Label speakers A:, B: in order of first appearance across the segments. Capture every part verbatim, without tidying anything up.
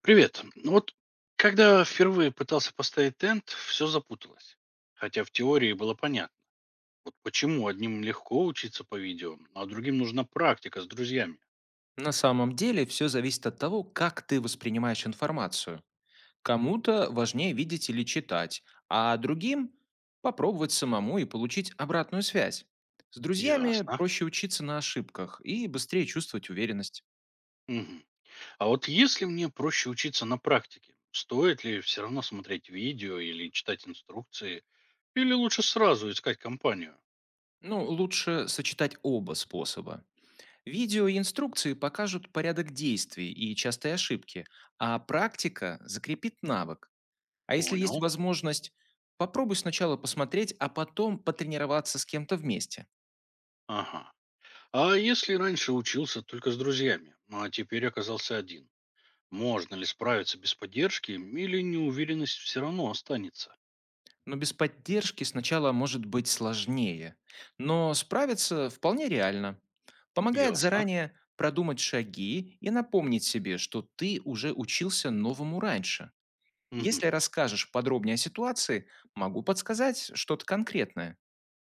A: Привет. Ну Вот когда впервые пытался поставить тент, все запуталось. Хотя в теории было понятно. Вот почему одним легко учиться по видео, а другим нужна практика с друзьями.
B: На самом деле все зависит от того, как ты воспринимаешь информацию. Кому-то важнее видеть или читать, а другим попробовать самому и получить обратную связь. С друзьями
A: Ясно.
B: проще учиться на ошибках и быстрее чувствовать уверенность.
A: Мгм. А вот если мне проще учиться на практике, стоит ли все равно смотреть видео или читать инструкции, или лучше сразу искать компанию?
B: Ну, лучше сочетать оба способа. Видео и инструкции покажут порядок действий и частые ошибки, а практика закрепит навык. А если есть
A: Понял.
B: возможность, попробуй сначала посмотреть, а потом потренироваться с кем-то вместе.
A: Ага. А если раньше учился только с друзьями, а теперь оказался один? Можно ли справиться без поддержки или неуверенность все равно останется?
B: Но без поддержки сначала может быть сложнее, но справиться вполне реально. Помогает
A: Ясно.
B: заранее продумать шаги и напомнить себе, что ты уже учился новому раньше.
A: Мгм.
B: Если расскажешь подробнее о ситуации, могу подсказать что-то конкретное.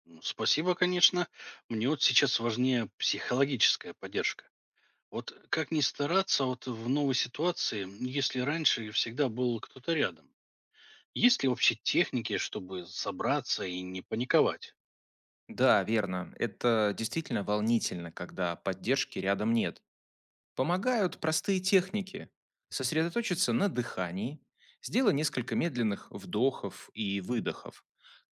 A: Ну, Спасибо, конечно. Мне вот сейчас важнее психологическая поддержка. Вот как не стараться, а вот в новой ситуации, если раньше всегда был кто-то рядом? Есть ли вообще техники, чтобы собраться и не паниковать?
B: Да, верно. Это действительно волнительно, когда поддержки рядом нет. Помогают простые техники. Сосредоточиться на дыхании, сделай несколько медленных вдохов и выдохов.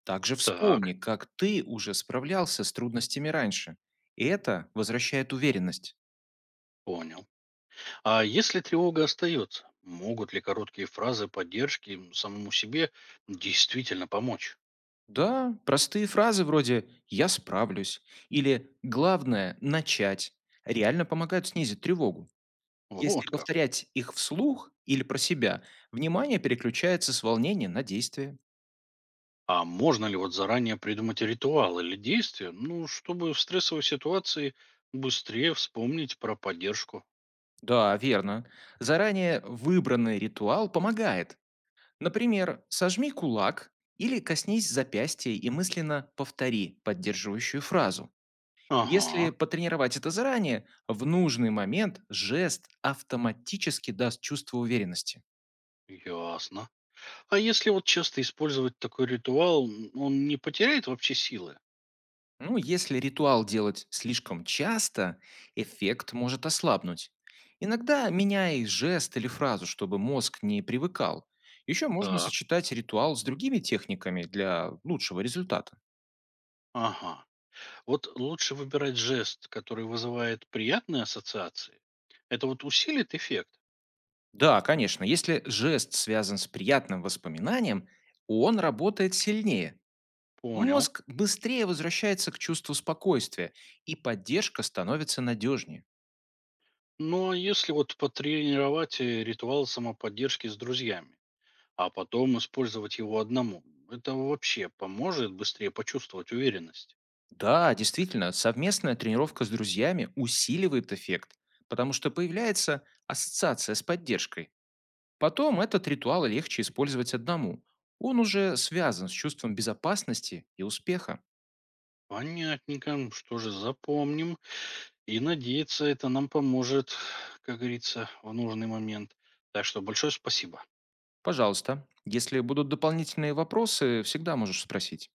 B: Также
A: Так,
B: вспомни, как ты уже справлялся с трудностями раньше. И это возвращает уверенность.
A: понял. А если тревога остается, могут ли короткие фразы поддержки самому себе действительно помочь?
B: Да, простые фразы вроде «я справлюсь» или «главное– начать» реально помогают снизить тревогу. Если
A: Вот как.
B: повторять их вслух или про себя, внимание переключается с волнения на действие.
A: А можно ли вот заранее придумать ритуал или действие, ну, чтобы в стрессовой ситуации быстрее вспомнить про поддержку?
B: Да, верно. Заранее выбранный ритуал помогает. Например, сожми кулак или коснись запястья и мысленно повтори поддерживающую фразу. Если
A: Ага,
B: потренировать это заранее, в нужный момент жест автоматически даст чувство уверенности.
A: ясно. А если вот часто использовать такой ритуал, м, он не потеряет вообще силы?
B: Ну, если ритуал делать слишком часто, эффект может ослабнуть. Иногда меняй жест или фразу, чтобы мозг не привыкал. Еще можно
A: Так,
B: сочетать ритуал с другими техниками для лучшего результата.
A: ага. Вот лучше выбирать жест, который вызывает приятные ассоциации. Это вот усилит эффект?
B: Да, конечно, если жест связан с приятным воспоминанием, он работает сильнее.
A: Понял.
B: Мозг быстрее возвращается к чувству спокойствия, и поддержка становится надежнее.
A: Ну, а если вот потренировать э, ритуал самоподдержки с друзьями? а потом использовать его одному. Это вообще поможет быстрее почувствовать уверенность.
B: Да, действительно, совместная тренировка с друзьями усиливает эффект, потому что появляется ассоциация с поддержкой. Потом этот ритуал легче использовать одному. Он уже связан с чувством безопасности и успеха.
A: Понятненько, что же запомним. И надеяться это нам поможет, как говорится, в нужный момент. Так что большое спасибо.
B: Пожалуйста, если будут дополнительные вопросы, всегда можешь спросить.